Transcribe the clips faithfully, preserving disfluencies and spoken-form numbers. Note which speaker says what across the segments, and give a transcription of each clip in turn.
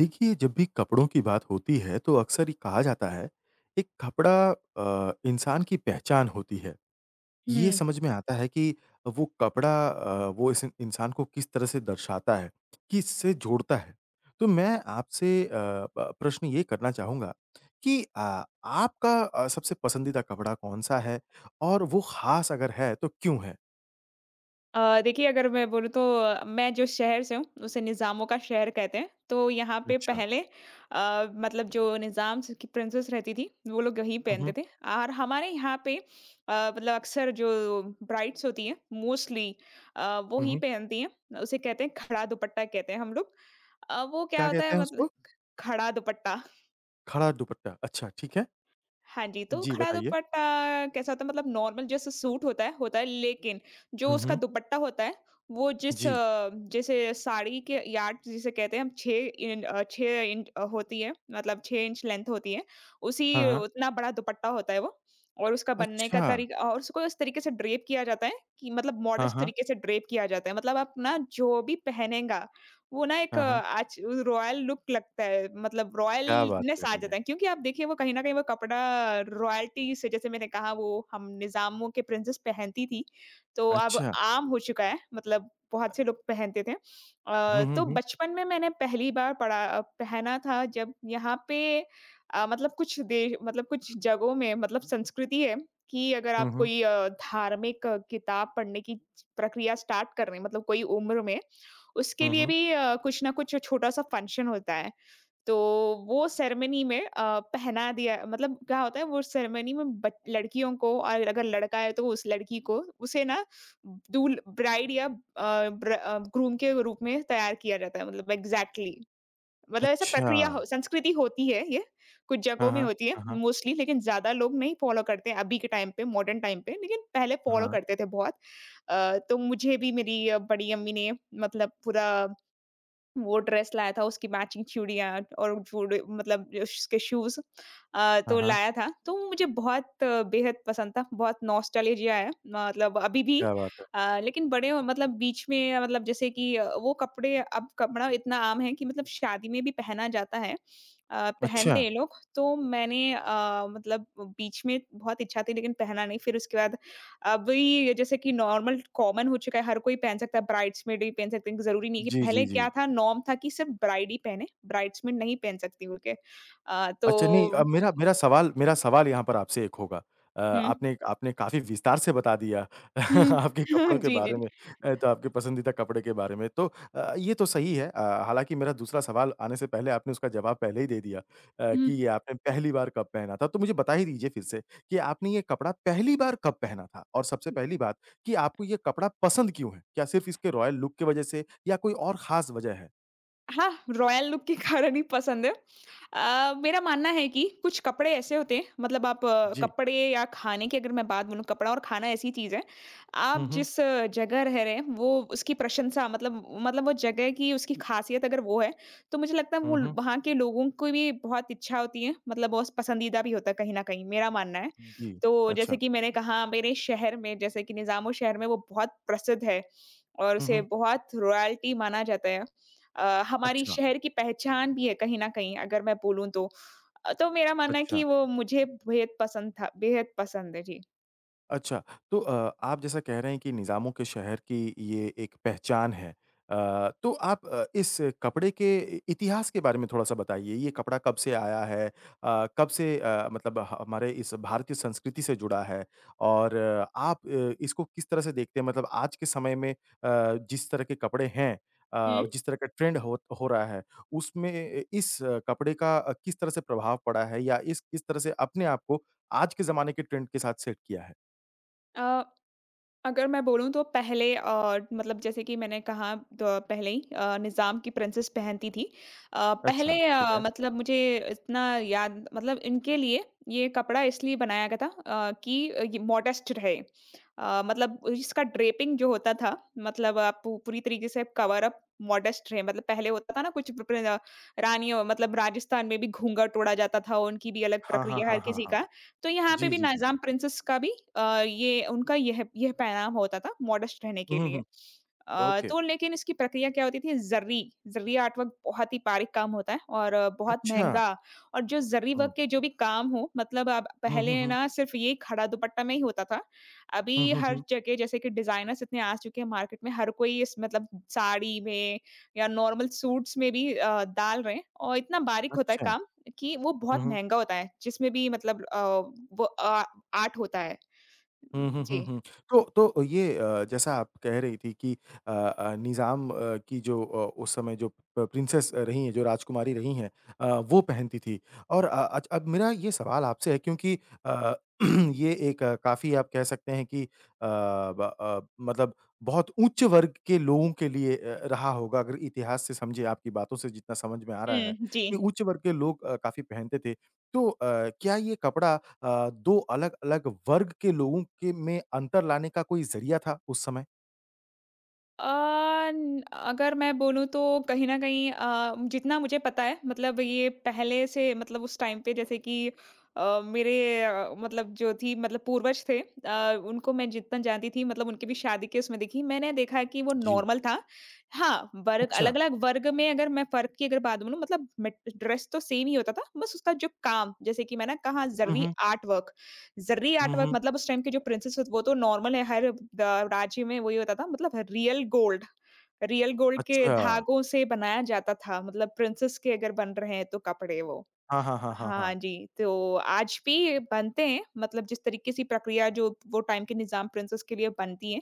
Speaker 1: देखिए, जब भी कपड़ों की बात होती है, तो अक्सर ये कहा जाता है, एक कपड़ा अ, इंसान की पहचान होती है। ये
Speaker 2: हुँ।
Speaker 1: समझ में आता है कि वो कपड़ा अ, वो इस इंसान को किस तरह से दर्शाता है, किससे जोड़ता है। तो मैं आपसे अ, प प्रश्न ये करना चाहूँगा कि अ, आपका अ, सबसे पसंदीदा कपड़ा कौन-सा है? और वो ख़ास अगर है, तो क्यों है?
Speaker 2: अ, देखिए अगर मैं बोलूँ तो अ, मैं जो शहर से हूँ उसे निज़ामों का शहर कहते हैं। तो यहाँ पे
Speaker 1: अच्छा।
Speaker 2: पहले अ, मतलब जो निज़ाम्स की प्रिंसेस रहती थी वो लोग यही
Speaker 1: हुँ, हुँ।
Speaker 2: पहनते थे। और हमारे यहाँ पे अ, मतलब अक्सर जो ब्राइड्स होती हैं मोस्टली अ, वो
Speaker 1: हुँ,
Speaker 2: ही
Speaker 1: हुँ।
Speaker 2: पहनती हैं। उसे कहते हैं खड़ा दुपट्टा कहते हैं हम लोग। अ, वो क्या
Speaker 1: क्या
Speaker 2: होता
Speaker 1: कहते
Speaker 2: है
Speaker 1: हैं
Speaker 2: मतलब
Speaker 1: उसको?
Speaker 2: खड़ा दुपट्टा।
Speaker 1: खड़ा दुपट्टा। अच्छा, ठीक है।
Speaker 2: हाँ जी, तो
Speaker 1: जी,
Speaker 2: खड़ा
Speaker 1: बताइए।
Speaker 2: दुपट्टा कैसा होता है मतलब नॉर्मल जैसे सूट होता है, होता है लेकिन जो
Speaker 1: हुँ,
Speaker 2: उसका
Speaker 1: हुँ।
Speaker 2: दुपट्टा होता है वो जिस
Speaker 1: जी।
Speaker 2: अ, जैसे साड़ी के यार्ड जिसे कहते हैं हम छह इन अ, छह इंच अ, होती है मतलब छह इंच लेंथ होती है,
Speaker 1: हाँ,
Speaker 2: उसी
Speaker 1: हाँ।
Speaker 2: उतना बड़ा दुपट्टा होता है वो और उसका बनने का
Speaker 1: अच्छा!
Speaker 2: तरीका और उसको इस तरीके से ड्रेप किया जाता है कि मतलब
Speaker 1: हाँ,
Speaker 2: मॉडस्ट
Speaker 1: हाँ।
Speaker 2: तरीके से ड्रेप किया जाता है। मतलब आप ना जो भी पहनेगा वो ना एक
Speaker 1: हाँ, हाँ।
Speaker 2: आज रॉयल लुक लगता है मतलब
Speaker 1: क्या बात
Speaker 2: रॉयलनेस आ
Speaker 1: करेंगे!
Speaker 2: जाता है क्योंकि आप देखिए वो कहीं न कहीं वो कपड़ा रॉयल्टी से जैसे मैंने कहा वो हम निज़ामों के प्रिंसेस पहनती थी, तो अब
Speaker 1: अच्छा।
Speaker 2: आम हो चुका है मतलब बहुत से लोग पहनते थे।
Speaker 1: हुँ,
Speaker 2: अ,
Speaker 1: हुँ,
Speaker 2: तो
Speaker 1: हुँ।
Speaker 2: बचपन में मैंने पहली बार पड़ा अ, पहना था जब यहाँ पे अ, मतलब कुछ दे मतलब कुछ जगहों में मतलब संस्कृति है कि अगर
Speaker 1: हुँ,
Speaker 2: आप
Speaker 1: हुँ।
Speaker 2: कोई अ, धार्मिक अ, किताब पढ़ने की प्रक्रिया स्टार्ट कर रहे हैं मतलब कोई उम्र में उसके
Speaker 1: हुँ,
Speaker 2: लिए
Speaker 1: हुँ।
Speaker 2: भी अ, कुछ ना कुछ छोटा-सा फंक्शन होता है। तो वो सेरेमनी में अ, पहना दिया मतलब क्या होता है वो सेरेमनी में बच लड़कियों को और अगर लड़का है तो उस लड़की को उसे ना दूल ब्राइड या अ, ब्र अ, ग्रूम के रूप में तैयार किया जाता है मतलब एग्ज़ैक्टली मतलब ऐसा
Speaker 1: अच्छा!
Speaker 2: प्रक्रिया हो संस्कृति होती है ये, कुछ
Speaker 1: हाँ,
Speaker 2: जगहों में
Speaker 1: हाँ।
Speaker 2: होती है
Speaker 1: हाँ, हाँ।
Speaker 2: मोस्टली लेकिन ज़्यादा लोग नहीं फॉलो करते हैं अभी के टाइम पे मॉडर्न टाइम पे, लेकिन पहले
Speaker 1: हाँ,
Speaker 2: फॉलो
Speaker 1: हाँ।
Speaker 2: करते थे बहुत। अ, तो मुझे भी मेरी अ, बड़ी अम्मी ने मतलब पूरा वो ड्रेस लाया था, उसकी मैचिंग चूड़ियाँ और जूड़े मतलब जो उसके शूज़ अ,
Speaker 1: हाँ,
Speaker 2: तो
Speaker 1: हाँ।
Speaker 2: लाया था। तो वो मुझे बहुत अ, बेहद पसंद था, बहुत नॉस्टैल्जिया है। मतलब अभी भी
Speaker 1: क्या बात है!
Speaker 2: अ, लेकिन बड़े हो- मतलब बीच में मतलब जैसे कि अ, वो कपड़े अब कपड़ा इतना आम है कि मतलब शादी में भी पहना जाता है। अ,
Speaker 1: अच्छा।
Speaker 2: पहनते हैं लोग, तो मैंने अ, मतलब बीच में बहुत इच्छा थी लेकिन पहना नहीं, फिर उसके बाद अब वही जैसे कि नॉर्मल कॉमन हो चुका है, हर कोई पहन सकता है, ब्राइड्समेड भी पहन सकते हैं, ज़रूरी नहीं है कि
Speaker 1: जी, जी,
Speaker 2: पहले
Speaker 1: जी।
Speaker 2: क्या था नॉर्म था कि सिर्फ़ ब्राइड ही पहने, ब्राइड्समेड नहीं पहन सकती बोल के। अ, तो
Speaker 1: अच्छा नहीं अ, मेरा मेरा सवाल मेरा सवाल यहाँ पर आपसे एक होगा। अ,
Speaker 2: हुँ,
Speaker 1: आपने आपने काफ़ी विस्तार से बता दिया
Speaker 2: हुँ।
Speaker 1: आपके कपड़ों
Speaker 2: जी,
Speaker 1: के
Speaker 2: जी,
Speaker 1: बारे
Speaker 2: जी।
Speaker 1: में अ, तो आपके पसंदीदा कपड़े के बारे में। तो अ, ये तो सही है। अ, हालाँकि मेरा दूसरा सवाल आने से पहले आपने उसका जवाब पहले ही दे दिया अ,
Speaker 2: हुँ।
Speaker 1: कि ये आपने पहली बार कब पहना था। तो मुझे बता ही दीजिए फिर से कि आपने ये कपड़ा पहली बार कब पहना था? और सबसे पहली बात कि आपको ये कपड़ा पसंद क्यों है? क्या सिर्फ़ इसके रॉयल लुक की वज़ह से या कोई और ख़ास वज़ह है?
Speaker 2: हाँ, रॉयल लुक के कारण ही पसंद है। अ, मेरा मानना है कि कुछ कपड़े ऐसे होते हैं मतलब आप अ,
Speaker 1: जी।
Speaker 2: कपड़े या खाने की अगर मैं बात बोलूँ कपड़ा और खाना ऐसी चीज़ है,
Speaker 1: हुँ,
Speaker 2: आप
Speaker 1: हुँ।
Speaker 2: जिस अ, जगह रह रहे हैं वो उसकी प्रशंसा मतलब मतलब वो जगह की उसकी ख़ासियत अगर वो है, तो मुझे लगता है
Speaker 1: हुँ,
Speaker 2: वो
Speaker 1: हुँ।
Speaker 2: वहाँ के लोगों को भी बहुत इच्छा होती है मतलब बहुत पसंदीदा भी होता है कहीं न कहीं, मेरा मानना है।
Speaker 1: जी।
Speaker 2: तो जैसे
Speaker 1: अच्छा।
Speaker 2: कि मैंने कहा मेरे शहर में जैसे कि निज़ामो शहर में वो बहुत प्रसिद्ध है और
Speaker 1: हुँ,
Speaker 2: उसे
Speaker 1: हुँ।
Speaker 2: बहुत रॉयल्टी माना जाता है। अ, हमारी
Speaker 1: अच्छा।
Speaker 2: शहर की पहचान भी है कहीं न कहीं अगर मैं बोलूँ तो। अ, तो मेरा मानना है
Speaker 1: अच्छा।
Speaker 2: कि वो मुझे बेहद पसंद था बेहद पसंद है। जी।
Speaker 1: अच्छा, तो अ, आप जैसा कह रहे हैं कि निज़ामों के शहर की ये एक पहचान है। अ, तो आप अ, इस कपड़े के इ इतिहास के बारे में थोड़ा-सा बताइए। ये कपड़ा कब से आया है? अ, कब से अ, मतलब ह- हमारे इस भारतीय संस्कृति से जुड़ा है? और अ, आप अ, इसको किस तरह से देखते हैं? मतलब आज के समय में अ, जिस तरह के कपड़े हैं अ,
Speaker 2: हुँ।
Speaker 1: जिस तरह का ट्रेंड हो हो रहा है, उसमें इ इस अ, कपड़े का अ, किस तरह से प्रभाव पड़ा है या इस किस तरह से अपने आप को आज के ज़माने के ट्रेंड के साथ सेट किया है?
Speaker 2: अ अगर मैं बोलूँ तो पहले अ, मतलब जैसे कि मैंने कहा तो पहले ही अ, निज़ाम की प्रिंसेस पहनती थी। अ,
Speaker 1: अच्छा,
Speaker 2: पहले
Speaker 1: ठीक
Speaker 2: अ,
Speaker 1: है।
Speaker 2: मतलब मुझे इतना याद मतलब इनके लिए ये कपड़ा इसलिए बनाया गया था अ, कि अ, ये मॉडेस्ट रहे। अ, मतलब इसका ड्रेपिंग जो होता था मतलब आप पू पूरी तरीके से कवर अप मॉडेस्ट रहे मतलब पहले होता था ना कुछ प प्र रानियों मतलब राजस्थान में भी घूँघट ओढ़ा जाता था, उनकी भी अलग
Speaker 1: हाँ, हाँ,
Speaker 2: प्रक्रिया है हर
Speaker 1: हाँ, हाँ,
Speaker 2: किसी
Speaker 1: हाँ।
Speaker 2: का। तो यहाँ पे
Speaker 1: जी,
Speaker 2: भी
Speaker 1: जी, जी।
Speaker 2: नाज़ाम प्रिंसेस का भी अ, ये उनका यह यह पहनाम होता था मॉडेस्ट रहने
Speaker 1: हुँ,
Speaker 2: के
Speaker 1: हुँ,
Speaker 2: लिए।
Speaker 1: हुँ।
Speaker 2: अ,
Speaker 1: ओके।
Speaker 2: तो लेकिन इसकी प्रक्रिया क्या होती थी ज़र्री, ज़र्री आर्ट वर्क बहुत ही बारीक काम होता है और अ, बहुत
Speaker 1: अच्छा।
Speaker 2: महँगा और जो ज़र्री
Speaker 1: हुँ।
Speaker 2: वर्क के जो भी काम हो मतलब अब
Speaker 1: हुँ,
Speaker 2: पहले
Speaker 1: हुँ, हुँ।
Speaker 2: ना सिर्फ़ ये खड़ा दुपट्टा में ही होता था। अभी
Speaker 1: हुँ, हुँ,
Speaker 2: हर
Speaker 1: हुँ।
Speaker 2: जगह जैसे कि डिज़ाइनर्स इतने आ चुके हैं मार्केट में हर कोई इस मतलब साड़ी में या नॉर्मल सूट्स में भी अ, डाल रहे हैं और इतना बारीक होता है
Speaker 1: अच्छा।
Speaker 2: काम कि वो बहुत
Speaker 1: हुँ, हुँ।
Speaker 2: महँगा होता है, जिसमें भी मतलब अ, वो अ, आर्ट होता है। उम,
Speaker 1: हुँ, हुँ, हुँ,
Speaker 2: जी।
Speaker 1: हुँ। तो तो ये अ, जैसा आप कह रही थी कि अ अ, निज़ाम अ, की जो अ, उस समय जो प प्रिंसेस रही हैं, जो राजकुमारी रही हैं अ, वो पहनती थी। और अ, अच अब मेरा ये सवाल आपसे है क्योंकि अ, ये एक काफ़ी आप कह सकते हैं कि अ, ब अ, मतलब बहुत उच्च वर्ग के लोगों के लिए अ, रहा होगा अगर इतिहास से समझे आपकी बातों से जितना समझ में आ रहा है,
Speaker 2: हुँ, जी।
Speaker 1: कि उच्च वर्ग के लोग अ, काफ़ी पहनते थे। तो अ, क्या ये कपड़ा अ, दो अलग-अलग वर्ग के लोगों के में अंतर लाने का कोई ज़रिया था उस समय?
Speaker 2: अ, न अगर मैं बोलूँ तो कहीं न कहीं अ, जितना मुझे पता है मतलब ये पहले से मतलब उस टाइम पे जैसे कि अ, मेरे अ, मतलब जो थी मतलब पूर्वज थे अ, उनको मैं जितना जानती थी मतलब उनकी भी शादी के उसमें देखी मैंने देखा है कि वो
Speaker 1: जी।
Speaker 2: नॉर्मल था। हाँ, वर्ग
Speaker 1: अच्छा।
Speaker 2: अलग-अलग वर्ग में अगर मैं फ़र्क की अगर बात बोलूँ मतलब मेट ड्रेस तो सेम ही होता था बस उसका जो काम जैसे कि मैं ना कहा
Speaker 1: हुँ,
Speaker 2: ज़रूरी
Speaker 1: हुँ।
Speaker 2: आर्ट वर्क ज़र्री आर्ट
Speaker 1: हुँ,
Speaker 2: वर्क
Speaker 1: हुँ।
Speaker 2: मतलब उस टाइम के जो प्रिंसेस वो तो नॉर्मल है हर द राज्य में वही होता था मतलब रियल गोल्ड रियल गोल्ड के
Speaker 1: अच्छा।
Speaker 2: धागों से बनाया जाता था मतलब प्रिंसेस के अगर बन रहे हैं तो कपड़े वो।
Speaker 1: हाँ, हाँ, हाँ, हाँ,
Speaker 2: हाँ
Speaker 1: हाँ।
Speaker 2: जी, तो आज भी बनते हैं मतलब जिस तरीके से प्रक्रिया जो वो टाइम के निज़ाम प्रिंसेस के लिए बनती है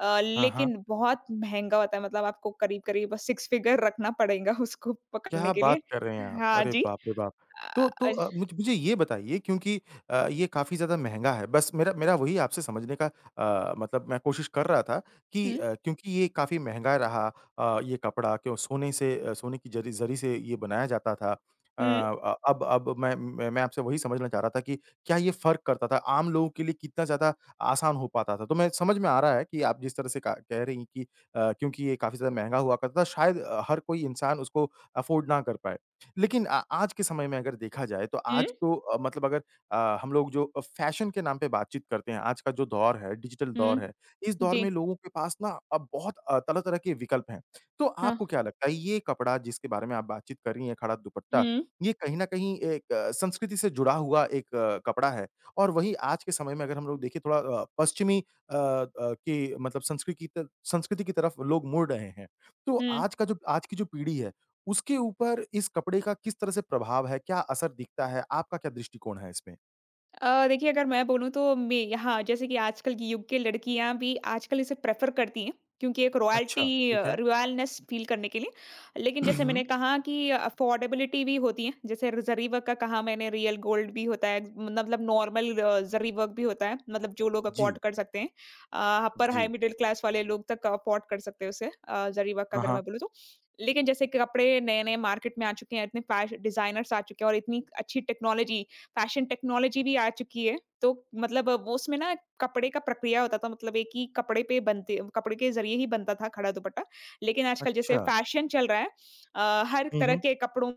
Speaker 2: अ,
Speaker 1: हाँ, हाँ।
Speaker 2: लेकिन बहुत महँगा होता है मतलब आपको करीब-करीब छह फिगर रखना पड़ेगा उसको पकड़ने
Speaker 1: क्या
Speaker 2: के लिए।
Speaker 1: बात कर रहे हैं आप!
Speaker 2: हाँ
Speaker 1: अरे
Speaker 2: जी।
Speaker 1: बाप रे बाप!
Speaker 2: अ,
Speaker 1: तो तो
Speaker 2: अज
Speaker 1: अ, मुझ मुझे ये बताइए क्योंकि अ, ये काफ़ी ज़्यादा महँगा है, बस मेरा मेरा वही आपसे समझने का अ, मतलब मैं कोशिश कर रहा था कि
Speaker 2: हुँ,
Speaker 1: अ, क्योंकि ये काफ़ी महँगा रहा अ, ये कपड़ा क्यों सोने से अ, सोने की जरी ज़री से ये बनाया जाता था। अ,
Speaker 2: हुँ,
Speaker 1: अ, अब अब मैं मैं मैं आपसे वही समझना चाह रहा था कि क्या ये फ़र्क करता था? आम लोगों के लिए कितना ज़्यादा आसान हो पाता था? तो मैं समझ में आ रहा है कि आप जिस तरह से का कह रही हैं कि अ, क्योंकि ये काफ़ी ज़्यादा महँगा हुआ करता था शायद अ, हर कोई इंसान उसको अफ़ोर्ड ना कर पाएँ। लेकिन अ, आज के समय में अगर देखा जाए तो
Speaker 2: हुँ,
Speaker 1: आज तो अ, मतलब अगर अ, हम लोग जो अ, फ़ैशन के नाम पे बातचीत करते हैं, आज का जो दौर है, डिजिटल दौर
Speaker 2: हुँ।
Speaker 1: है, इस दौर
Speaker 2: जी,
Speaker 1: में लोगों के पास ना अब बहुत अ, तरह-तरह के विकल्प हैं। तो
Speaker 2: हाँ।
Speaker 1: आपको क्या लगता है ये कपड़ा जिसके बारे में आप बातचीत कर रही हैं, खड़ा दुपट्टा,
Speaker 2: हुँ,
Speaker 1: ये कहीं न कहीं एक अ, संस्कृति से जुड़ा हुआ एक अ, कपड़ा है और वहीं आज के समय में अगर हम लोग देखें थोड़ा अ, पश्चिमी अ अ, की मतलब संस्कृति की त संस्कृति की तरफ लोग मुड़ रहे हैं। तो
Speaker 2: हुँ।
Speaker 1: आज का जो आज की जो पीढ़ी है उसके ऊपर इस कपड़े का किस तरह से प्रभाव है? क्या असर दिखता है? आपका क्या दृष्टिकोण है इसमें?
Speaker 2: अ, देखिए अगर मैं बोलूँ तो मैं हाँ, जैसे कि आजकल की युग की लड़कियाँ भी आजकल इसे प्रेफ़र करती हैं, क्योंकि एक
Speaker 1: अच्छा,
Speaker 2: रॉयल्टी
Speaker 1: ठीक
Speaker 2: अ,
Speaker 1: है।
Speaker 2: रॉयलनेस फ़ील करने के लिए। लेकिन जैसे
Speaker 1: हुँ।
Speaker 2: मैंने कहा कि अफ़ोर्डेबिलिटी भी होती है, जैसे र ज़री वर्क का कहा मैंने, रियल गोल्ड भी होता है, मतलब नॉर्मल अ, ज़री वर्क भी होता है, मतलब जो लोग अफ़ोर्ड
Speaker 1: जी,
Speaker 2: कर सकते हैं। अ, अपर हाई
Speaker 1: जी।
Speaker 2: मिडल क्लास वाले लोग तक अफ़ोर्ड कर सकते हैं उसे अ, ज़री वर्क का
Speaker 1: हाँ,
Speaker 2: अगर
Speaker 1: हाँ।
Speaker 2: मैं बोलूँ तो। लेकिन जैसे कि कपड़े नए-नए मार्केट में आ चुके हैं, इतने फ़ैश डिज़ाइनर्स आ चुके हैं और इतनी अच्छी टेक्नोलॉजी फैशन टेक्नोलॉजी भी आ चुकी है। तो मतलब वो उसमें ना कपड़े का प्रक्रिया होता था मतलब एक ही कपड़े पे बनते कपड़े के ज़रिए ही बनता था खड़ा दुपट्टा। लेकिन आजकल जैसे
Speaker 1: अच्छा।
Speaker 2: फैशन चल रहा है अ, हर
Speaker 1: हुँ,
Speaker 2: तरह
Speaker 1: हुँ।
Speaker 2: के कपड़ों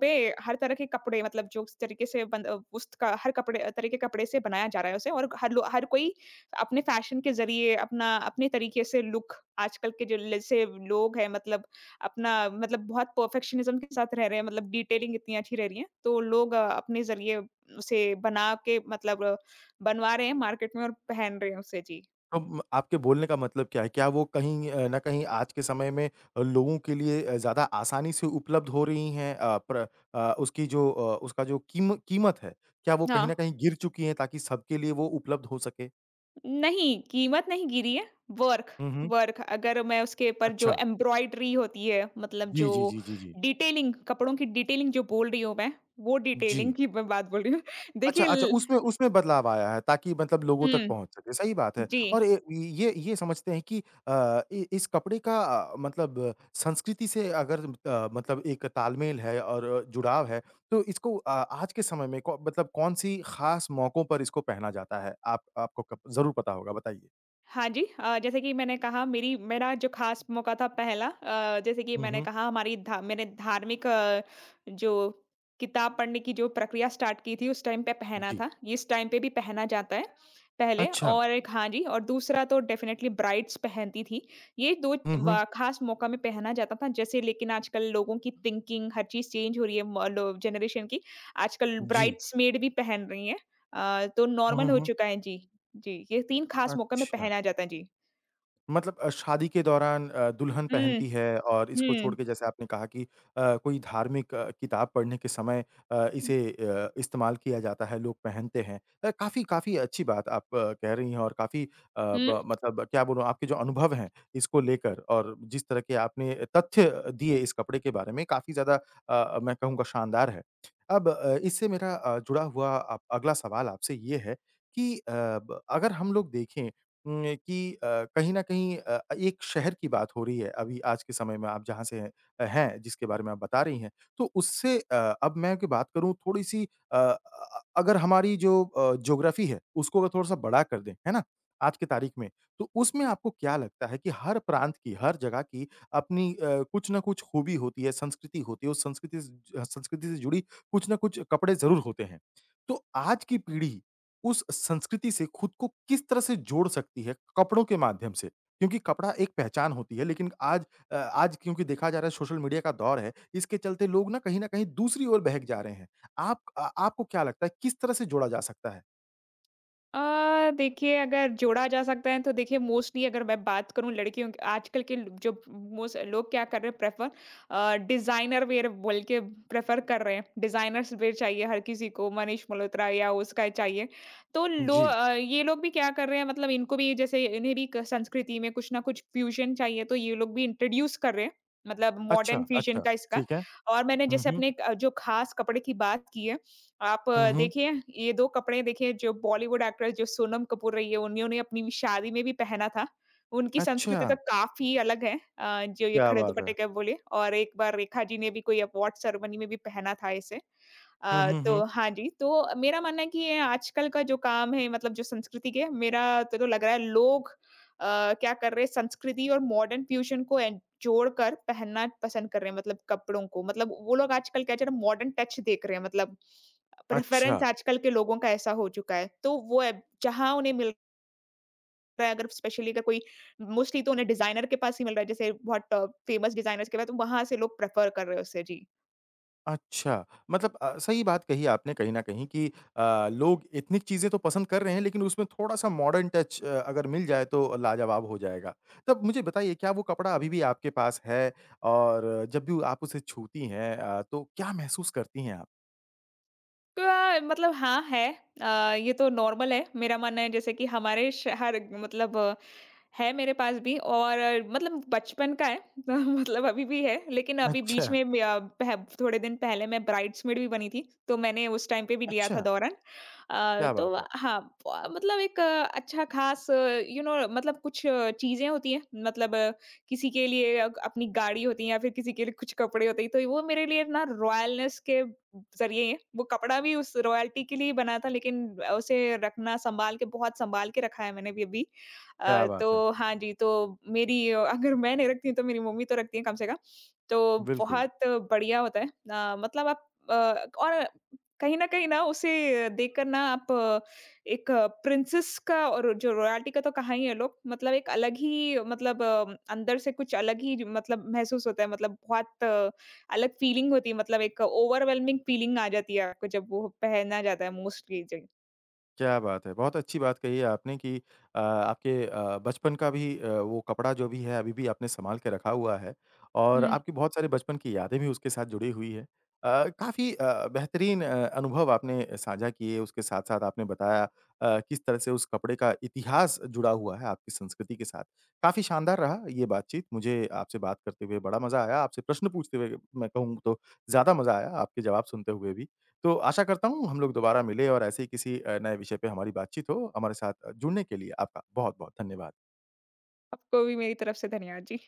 Speaker 2: पे हर तरह के कपड़े मतलब जो उस तरीके से बन अ, उस का हर कपड़े तरह के कपड़े से बनाया जा रहा है उसे और हर लो हर कोई अपने फैशन के ज़रिए अपना अपने तरीके से लुक आजकल के जो जैसे लोग हैं मतलब अपना मतलब बहुत परफेक्शनिज़्म के साथ रह रहे हैं मतलब डिटेलिंग इतनी अच्छी रह रही है, तो लोग अ, अपने ज़रिए उसे बना के मतलब अ, बनवा रहे हैं मार्केट में और पहन रहे हैं उसे। जी।
Speaker 1: तो म आपके बोलने का मतलब क्या है? क्या वो कहीं अ, न कहीं आज के समय में अ, लोगों के लिए अ, ज़्यादा आसानी से उपलब्ध हो रही हैं? अ, प्र अ, उसकी जो अ, उसका जो कीम कीमत है, क्या वो कहीं
Speaker 2: हाँ।
Speaker 1: न कहीं गिर चुकी हैं ताकि सबके लिए वो उपलब्ध हो सके?
Speaker 2: नहीं, कीमत नहीं गिरी है, वर्क
Speaker 1: हुँ, हुँ।
Speaker 2: वर्क अगर मैं उसके ऊपर जो
Speaker 1: अच्छा।
Speaker 2: एम्ब्रॉयडरी होती है, मतलब
Speaker 1: जी,
Speaker 2: जो
Speaker 1: जी, जी, जी, जी।
Speaker 2: डिटेलिंग कपड़ों की डिटेलिंग जो बोल रही हूँ मैं, वो
Speaker 1: जी।
Speaker 2: डिटेलिंग की मैं बात बोल रही हूँ।
Speaker 1: अच्छा,
Speaker 2: देखिए
Speaker 1: अच्छा, उसमें
Speaker 2: ल
Speaker 1: उसमें बदलाव आया है ताकि मतलब लोगों तक
Speaker 2: हुँ,
Speaker 1: पहुँच सके, सही बात है।
Speaker 2: जी।
Speaker 1: और ए ये ये समझते हैं कि अ, इ इस कपड़े का अ, मतलब संस्कृति से अगर अ, मतलब एक तालमेल है और अ, जुड़ाव है, तो इसको अ, आज के समय में कौ मतलब कौन-सी ख़ास मौकों पर इसको पहना जाता है? आप आपको कब ज़रूर पता होगा, बताइए?
Speaker 2: हाँ जी। अ, जैसे कि मैंने कहा मेरी मेरा जो ख़ास मौका था पहला अ, जैसे कि
Speaker 1: हुँ,
Speaker 2: मैंने
Speaker 1: हुँ।
Speaker 2: कहा हमारी धा मैंने धार्मिक अ, जो किताब पढ़ने की जो प्रक्रिया स्टार्ट की थी उस टाइम पे पहना
Speaker 1: जी।
Speaker 2: था। इस टाइम पे भी पहना जाता है, पहले
Speaker 1: अच्छा।
Speaker 2: और एक हाँ जी और दूसरा तो डेफ़िनेटली ब्राइड्स पहनती थी। ये दो
Speaker 1: हुँ, हुँ।
Speaker 2: व ख़ास मौका में पहना जाता था जैसे लेकिन आजकल लोगों की थिंकिंग हर चीज़ चेंज हो रही है म लो जनरेशन की। आजकल
Speaker 1: जी।
Speaker 2: ब्राइड्स मेड भी पहन रही हैं। अ, तो
Speaker 1: हुँ, हुँ,
Speaker 2: नॉर्मल हो
Speaker 1: हुँ।
Speaker 2: चुका है। जी। जी, ये तीन खास मौकों में
Speaker 1: अच्छा।
Speaker 2: पहना जाता है। जी।
Speaker 1: मतलब अ, शादी के दौरान अ, दुल्हन
Speaker 2: हुँ,
Speaker 1: पहनती है और इसको छोड़
Speaker 2: हुँ,
Speaker 1: के जैसे आपने कहा कि अ, कोई धार्मिक अ, किताब पढ़ने के समय अ,
Speaker 2: हुँ।
Speaker 1: इसे अ, इस्तेमाल किया जाता है, लोग पहनते हैं। अ, काफ़ी काफ़ी अच्छी बात आप अ, कह रही हैं और काफ़ी अ, ब मतलब क्या बोलूँ आपके जो अनुभव हैं इसको लेकर और जिस तरह के आपने तथ्य दिए इस कपड़े के बारे में काफ़ी ज़्यादा अ, मैं कहूँगा शानदार है। अब अ, इससे मेरा अ, जुड़ा हुआ अ, अगला सवाल आपसे ये है कि अ, ब अगर हम लोग देखें उम, कि अ, कहीं न कहीं अ, एक शहर की बात हो रही है अभी आज के समय में आप जहाँ से हैं अ, हैं, जिसके बारे में आप बता रही हैं। तो उससे अ, अब मैं कि बात करूँ थोड़ी-सी अ अ अ, अगर हमारी जो अ, ज्योग्राफ़ी है, उसको अगर थोड़ा-सा बड़ा कर दें, है ना? आज की तारीख में, तो उसमें आपको क्या लगता है कि हर प्रांत की, हर जगह की अपनी अ, कुछ न कुछ खूबी होती है, संस्कृति होती है, उस संस्कृति से ज संस्कृति से जुड़ी कुछ न कुछ कपड़े ज़रूर होते हैं। तो आज की पीढ़ी उस संस्कृति से खुद को किस तरह से जोड़ सकती है कपड़ों के माध्यम से? क्योंकि कपड़ा एक पहचान होती है लेकिन आज अ, आज क्योंकि देखा जा रहा है सोशल मीडिया का दौर है, इसके चलते लोग ना कहीं न कहीं दूसरी ओर बहक जा रहे हैं। आप अ, आपको क्या लगता है किस तरह से जोड़ा जा सकता है?
Speaker 2: अ, देखिए अगर जोड़ा जा सकता है तो देखिए मोस्टली अगर मैं बात करूं लड़कियों की आजकल के लो- जो मोस्ट लोग क्या कर रहे हैं प्रेफर डिजाइनर वेयर बोल के प्रेफर कर रहे हैं डिजाइनर्स वेयर चाहिए हर किसी को मनीष मल्होत्रा या उसका चाहिए तो लो
Speaker 1: जी।
Speaker 2: अ, ये लोग भी क्या कर रहे हैं मतलब इनको भी जैसे इन्हें भी क- संस्कृति में कुछ ना कुछ फ्यूजन चाहिए तो ये लोग भी इंट्रोड्यूस कर रहे हैं मतलब
Speaker 1: अच्छा,
Speaker 2: मॉडर्न फ्यूजन
Speaker 1: अच्छा।
Speaker 2: का इसका
Speaker 1: ठीक है।
Speaker 2: और मैंने
Speaker 1: हुँ,
Speaker 2: जैसे
Speaker 1: हुँ।
Speaker 2: अपने अ, जो खास कपड़े की बात की है आप
Speaker 1: हुँ,
Speaker 2: अ,
Speaker 1: हुँ।
Speaker 2: देखिए ये दो कपड़े देखिए जो बॉलीवुड एक्ट्रेस जो सोनम कपूर रही है, उन्होंने अपनी शादी में भी पहना था। उनकी
Speaker 1: अच्छा,
Speaker 2: संस्कृति तो काफ़ी अलग है अ, जो ये
Speaker 1: क्या
Speaker 2: खड़े
Speaker 1: बात है!
Speaker 2: दुपट्टे का बोले और एक बार रेखा जी ने भी कोई अवार्ड सेरेमनी में भी पहना था इसे।
Speaker 1: हुँ,
Speaker 2: अ,
Speaker 1: हुँ, हुँ।
Speaker 2: तो हाँ जी, तो मेरा मानना है कि ये आजकल का जो काम है मतलब जो संस्कृति के मेरा तो तो लग रहा है लोग अ, क्या कर रहे हैं संस्कृति और मॉडर्न फ्यूज़न को एन जोड़कर पहनना पसंद कर रहे हैं मतलब कपड़ों को। मतलब वो लोग आजकल क्या है ज़रा मॉडर्न टच देख रहे हैं मतलब प्रेफ़रेंस
Speaker 1: अच्छा।
Speaker 2: आजकल के लोगों का ऐसा हो चुका है। तो वो अब जहाँ उन्हें मिल रहा है अगर स्पेशली अगर कोई मोस्टली तो उन्हें डिज़ाइनर के पास ही मिल रहा है, जैसे बहुत फ़ेमस डिज़ाइनर्स के पास, तो वहाँ से लोग प्रेफ़र कर रहे हैं उसे। जी।
Speaker 1: अच्छा, मतलब अ, सही बात कही आपने कहीं न कहीं कि अ, लोग एथनिक चीज़ें तो पसंद कर रहे हैं, लेकिन उसमें थोड़ा-सा मॉडर्न टच अ, अगर मिल जाए तो लाजवाब हो जाएगा। तब मुझे बताइए क्या वो कपड़ा अभी भी आपके पास है? और जब भी आप उसे छूती हैं अ, तो क्या महसूस करती हैं आप?
Speaker 2: क्या मतलब हाँ है। अ, ये तो नॉर्मल है। मेरा मानना है जैसे कि हमारे शहर मतलब है मेरे पास भी और अ, मतलब बचपन का है तो मतलब अभी भी है लेकिन अभी
Speaker 1: अच्छा,
Speaker 2: बीच में मैं, अ, पह- थोड़े दिन पहले मैं ब्राइड्समेड भी बनी थी तो मैंने उस टाइम पे भी लिया
Speaker 1: अच्छा,
Speaker 2: था दौरान अ,
Speaker 1: क्या
Speaker 2: तो
Speaker 1: बात है!
Speaker 2: हाँ प- मतलब एक अ, अच्छा खास यू नो मतलब कुछ अ, चीजें होती हैं मतलब अ, किसी के लिए अ- अपनी गाड़ी होती है या फिर किसी के लिए कुछ कपड़े होते हैं तो वो मेरे लिए ना रॉयलनेस के जरिए है वो कपड़ा भी उस रॉयल्टी के लिए बना था लेकिन उसे रखना संभाल के बहुत संभाल के रखा है मैंने भी अभी।
Speaker 1: क्या
Speaker 2: अ,
Speaker 1: बात है!
Speaker 2: तो हाँ जी, तो मेरी अ, अगर मैं नहीं रखती हूँ तो मेरी मम्मी तो रखती हैं कम से कम। तो
Speaker 1: बिल्कुल।
Speaker 2: बहुत बढ़िया होता है। अ, मतलब आप अ, और कहीं न कहीं ना उसे देखकर ना आप अ, एक प्रिंसेस का और जो रॉयल्टी का तो कहा ही है लोग, मतलब एक अलग ही मतलब अ, अंदर से कुछ अलग ही मतलब महसूस होता है। मतलब बहुत अ, अलग फीलिंग होती है, मतलब एक ओवरवेलमिंग फीलिंग आ जाती है आपको जब वो पहना जाता है मोस्टली जी।
Speaker 1: क्या बात है! बहुत अच्छी बात कही है आपने कि अ, आपके अ, बचपन का भी अ, वो कपड़ा जो भी है अभी भी आपने सँभाल के रखा हुआ है और
Speaker 2: हुँ,
Speaker 1: आपकी बहुत सारी बचपन की यादें भी उसके साथ जुड़ी हुई है। अ, काफ़ी अ, बेहतरीन अ, अनुभव आपने साझा किए, उसके साथ-साथ आपने बताया अ, किस तरह से उस कपड़े का इतिहास जुड़ा हुआ है आपकी संस्कृति के साथ। काफ़ी शानदार रहा ये बातचीत, मुझे आपसे बात करते हुए बड़ा मज़ा आया, आपसे प्रश्न पूछते हुए मैं कहूँ तो ज़्यादा मज़ा आया, आपके जवाब सुनते हुए भी। तो आशा करता हूँ हम लोग दोबारा मिले और ऐसे ही किसी अ, नए विषय पे हमारी बातचीत हो। हमारे साथ जुड़ने के लिए आपका बहुत-बहुत धन्यवाद।
Speaker 2: आपको भी मेरी तरफ से धन्यवाद जी।